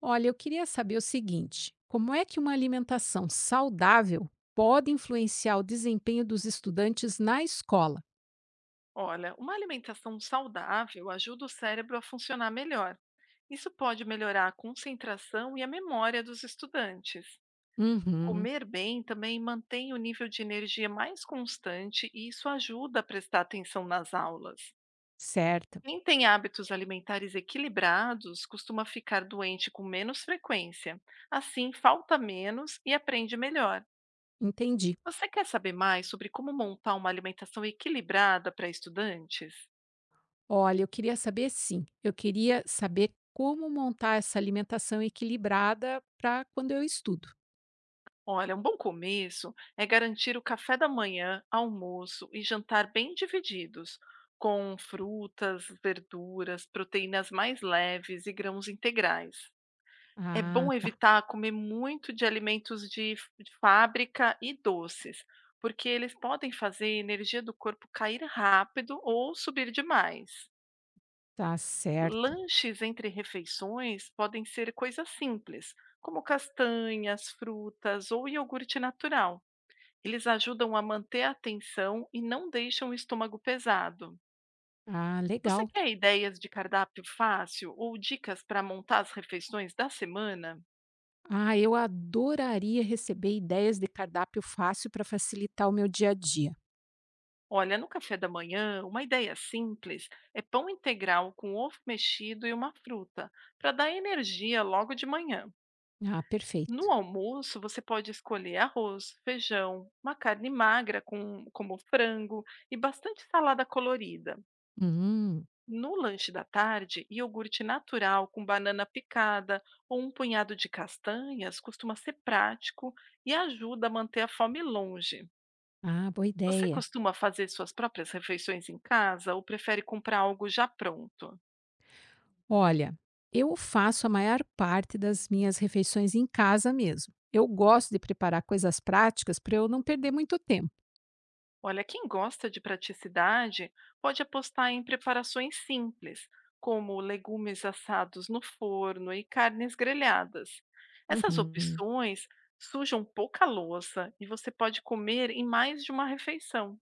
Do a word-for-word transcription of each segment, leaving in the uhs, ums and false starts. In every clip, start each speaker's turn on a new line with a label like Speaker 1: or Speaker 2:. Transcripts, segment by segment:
Speaker 1: Olha, eu queria saber o seguinte: como é que uma alimentação saudável pode influenciar o desempenho dos estudantes na escola?
Speaker 2: Olha, uma alimentação saudável ajuda o cérebro a funcionar melhor. Isso pode melhorar a concentração e a memória dos estudantes.
Speaker 1: Uhum,
Speaker 2: Comer bem também mantém o nível de energia mais constante e isso ajuda a prestar atenção nas aulas.
Speaker 1: certo,
Speaker 2: Quem tem hábitos alimentares equilibrados costuma ficar doente com menos frequência. Assim, falta menos e aprende melhor.
Speaker 1: entendi.
Speaker 2: Você quer saber mais sobre como montar uma alimentação equilibrada para estudantes?
Speaker 1: Olha, eu queria saber sim, eu queria saber como montar essa alimentação equilibrada para quando eu estudo.
Speaker 2: Olha, um bom começo é garantir o café da manhã, almoço e jantar bem divididos, com frutas, verduras, proteínas mais leves e grãos integrais. É
Speaker 1: Ah,
Speaker 2: bom
Speaker 1: tá,
Speaker 2: evitar comer muito de alimentos de, f- de fábrica e doces, porque eles podem fazer a energia do corpo cair rápido ou subir demais.
Speaker 1: tá certo.
Speaker 2: Lanches entre refeições podem ser coisas simples, como castanhas, frutas ou iogurte natural, eles ajudam a manter a atenção e não deixam o estômago pesado.
Speaker 1: Ah,
Speaker 2: Você
Speaker 1: legal.
Speaker 2: quer ideias de cardápio fácil ou dicas para montar as refeições da semana?
Speaker 1: Ah, eu adoraria receber ideias de cardápio fácil para facilitar o meu dia a dia.
Speaker 2: Olha, no café da manhã, uma ideia simples é pão integral com ovo mexido e uma fruta, para dar energia logo de manhã.
Speaker 1: Ah, perfeito.
Speaker 2: No almoço, você pode escolher arroz, feijão, uma carne magra com, como frango e bastante salada colorida.
Speaker 1: Hum,
Speaker 2: No lanche da tarde, iogurte natural com banana picada ou um punhado de castanhas costuma ser prático e ajuda a manter a fome longe.
Speaker 1: ah, boa
Speaker 2: Você
Speaker 1: ideia.
Speaker 2: costuma fazer suas próprias refeições em casa ou prefere comprar algo já pronto?
Speaker 1: Olha, eu faço a maior parte das minhas refeições em casa mesmo. Eu gosto de preparar coisas práticas para eu não perder muito tempo.
Speaker 2: Olha, quem gosta de praticidade pode apostar em preparações simples, como legumes assados no forno e carnes grelhadas. Essas
Speaker 1: Uhum,
Speaker 2: opções sujam pouca louça e você pode comer em mais de uma refeição.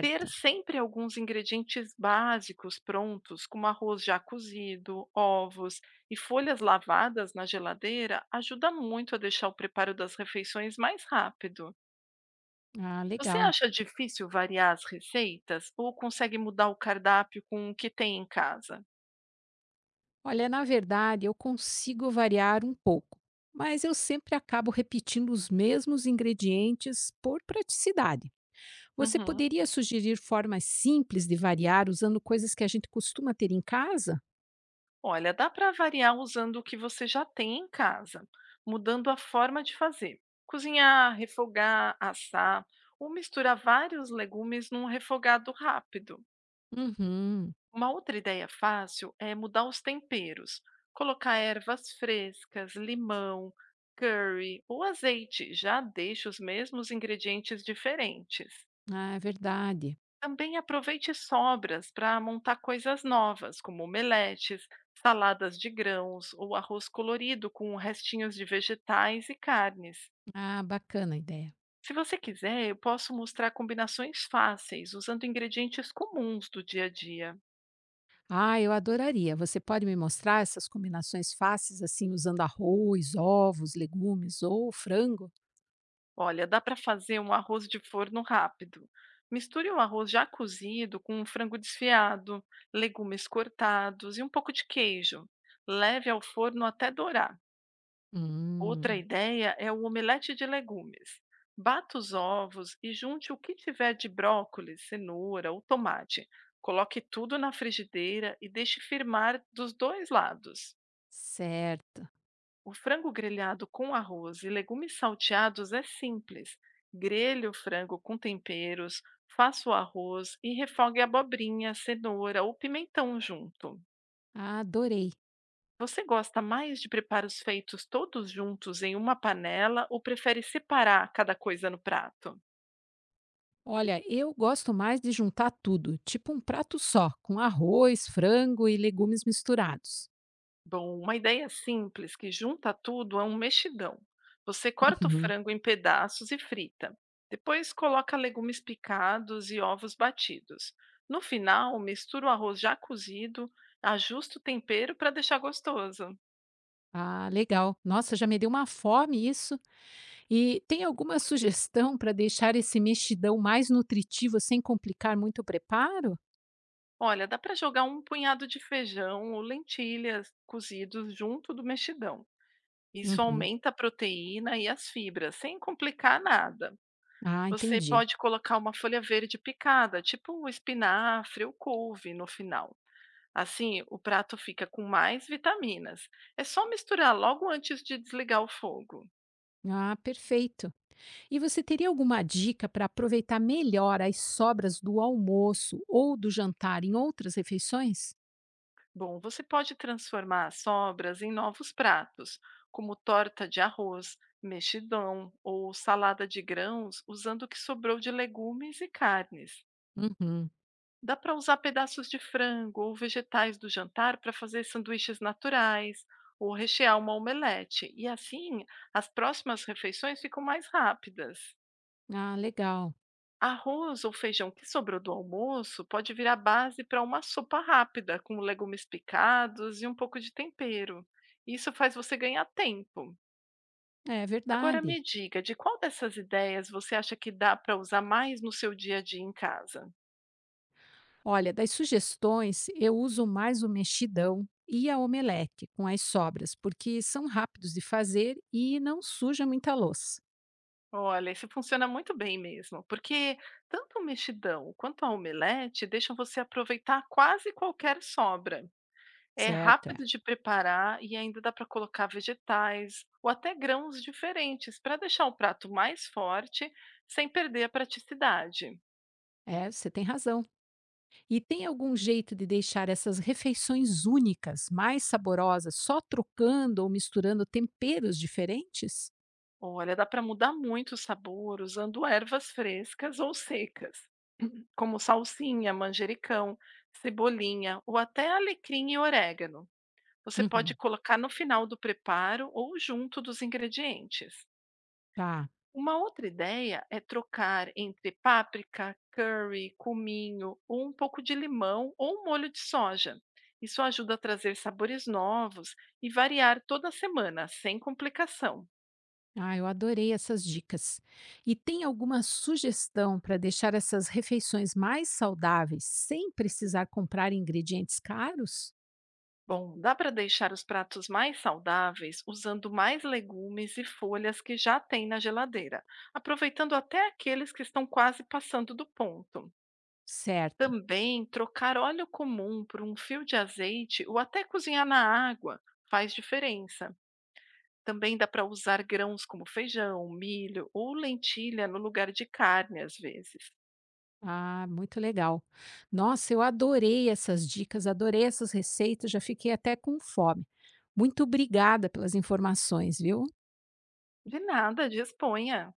Speaker 2: Ter sempre alguns ingredientes básicos prontos, como arroz já cozido, ovos e folhas lavadas na geladeira, ajuda muito a deixar o preparo das refeições mais rápido.
Speaker 1: Ah,
Speaker 2: Você
Speaker 1: legal.
Speaker 2: acha difícil variar as receitas ou consegue mudar o cardápio com o que tem em casa?
Speaker 1: Olha, na verdade, eu consigo variar um pouco, mas eu sempre acabo repetindo os mesmos ingredientes por praticidade. Você
Speaker 2: Uhum.
Speaker 1: poderia sugerir formas simples de variar usando coisas que a gente costuma ter em casa?
Speaker 2: Olha, dá para variar usando o que você já tem em casa, mudando a forma de fazer. Cozinhar, refogar, assar ou misturar vários legumes num refogado rápido.
Speaker 1: Uhum.
Speaker 2: Uma outra ideia fácil é mudar os temperos, colocar ervas frescas, limão, curry ou azeite, já deixa os mesmos ingredientes diferentes.
Speaker 1: Ah, é verdade.
Speaker 2: Também aproveite sobras para montar coisas novas, como omeletes, saladas de grãos ou arroz colorido com restinhos de vegetais e carnes.
Speaker 1: Ah, bacana a ideia.
Speaker 2: Se você quiser, eu posso mostrar combinações fáceis, usando ingredientes comuns do dia a dia.
Speaker 1: Ah, eu adoraria. Você pode me mostrar essas combinações fáceis, assim, usando arroz, ovos, legumes ou frango?
Speaker 2: Olha, dá para fazer um arroz de forno rápido. Misture o arroz já cozido com um frango desfiado, legumes cortados e um pouco de queijo. Leve ao forno até dourar. Outra
Speaker 1: Hum,
Speaker 2: ideia é o omelete de legumes. Bata os ovos e junte o que tiver de brócolis, cenoura ou tomate. Coloque tudo na frigideira e deixe firmar dos dois lados.
Speaker 1: Certo.
Speaker 2: O frango grelhado com arroz e legumes salteados é simples. Grelhe o frango com temperos, faça o arroz e refogue a abobrinha, cenoura ou pimentão junto.
Speaker 1: Ah, adorei.
Speaker 2: Você gosta mais de preparos feitos todos juntos em uma panela ou prefere separar cada coisa no prato?
Speaker 1: Olha, eu gosto mais de juntar tudo, tipo um prato só, com arroz, frango e legumes misturados.
Speaker 2: Bom, uma ideia simples que junta tudo é um mexidão. Você corta o
Speaker 1: Uhum.
Speaker 2: frango em pedaços e frita. Depois coloca legumes picados e ovos batidos. No final, mistura o arroz já cozido, ajusta o tempero para deixar gostoso.
Speaker 1: Ah, legal. Nossa, já me deu uma fome isso. E tem alguma sugestão para deixar esse mexidão mais nutritivo sem complicar muito o preparo?
Speaker 2: Olha, dá para jogar um punhado de feijão ou lentilhas cozidos junto do mexidão. Isso
Speaker 1: Uhum.
Speaker 2: aumenta a proteína e as fibras, sem complicar nada.
Speaker 1: Ah,
Speaker 2: Você
Speaker 1: entendi.
Speaker 2: pode colocar uma folha verde picada, tipo um espinafre ou couve, no final. Assim, o prato fica com mais vitaminas. É só misturar logo antes de desligar o fogo.
Speaker 1: Ah, perfeito. E você teria alguma dica para aproveitar melhor as sobras do almoço ou do jantar em outras refeições?
Speaker 2: Bom, você pode transformar as sobras em novos pratos, como torta de arroz, mexidão ou salada de grãos, usando o que sobrou de legumes e carnes.
Speaker 1: Uhum.
Speaker 2: Dá para usar pedaços de frango ou vegetais do jantar para fazer sanduíches naturais ou rechear uma omelete. E assim, as próximas refeições ficam mais rápidas.
Speaker 1: Ah, legal.
Speaker 2: Arroz ou feijão que sobrou do almoço pode virar base para uma sopa rápida, com legumes picados e um pouco de tempero. Isso faz você ganhar tempo.
Speaker 1: É
Speaker 2: Agora
Speaker 1: verdade.
Speaker 2: me diga, de qual dessas ideias você acha que dá para usar mais no seu dia a dia em casa?
Speaker 1: Olha, das sugestões, eu uso mais o mexidão e a omelete com as sobras, porque são rápidos de fazer e não suja muita louça.
Speaker 2: Olha, isso funciona muito bem mesmo, porque tanto o mexidão quanto a omelete deixam você aproveitar quase qualquer sobra. É
Speaker 1: Certo,
Speaker 2: rápido
Speaker 1: é.
Speaker 2: de preparar e ainda dá para colocar vegetais ou até grãos diferentes para deixar o prato mais forte sem perder a praticidade.
Speaker 1: É, você tem razão. E tem algum jeito de deixar essas refeições únicas, mais saborosas, só trocando ou misturando temperos diferentes?
Speaker 2: Olha, dá para mudar muito o sabor usando ervas frescas ou secas, como salsinha, manjericão, cebolinha ou até alecrim e orégano. Você pode
Speaker 1: Uhum.
Speaker 2: colocar no final do preparo ou junto dos ingredientes.
Speaker 1: Tá.
Speaker 2: Uma outra ideia é trocar entre páprica, curry, cominho ou um pouco de limão ou um molho de soja. Isso ajuda a trazer sabores novos e variar toda semana, sem complicação.
Speaker 1: Ah, eu adorei essas dicas. E tem alguma sugestão para deixar essas refeições mais saudáveis sem precisar comprar ingredientes caros?
Speaker 2: Bom, dá para deixar os pratos mais saudáveis usando mais legumes e folhas que já tem na geladeira, aproveitando até aqueles que estão quase passando do ponto.
Speaker 1: Certo.
Speaker 2: Também trocar óleo comum por um fio de azeite ou até cozinhar na água faz diferença. Também dá para usar grãos como feijão, milho ou lentilha no lugar de carne, às vezes.
Speaker 1: Ah, muito legal. Nossa, eu adorei essas dicas, adorei essas receitas, já fiquei até com fome. Muito obrigada pelas informações, viu?
Speaker 2: De nada, disponha!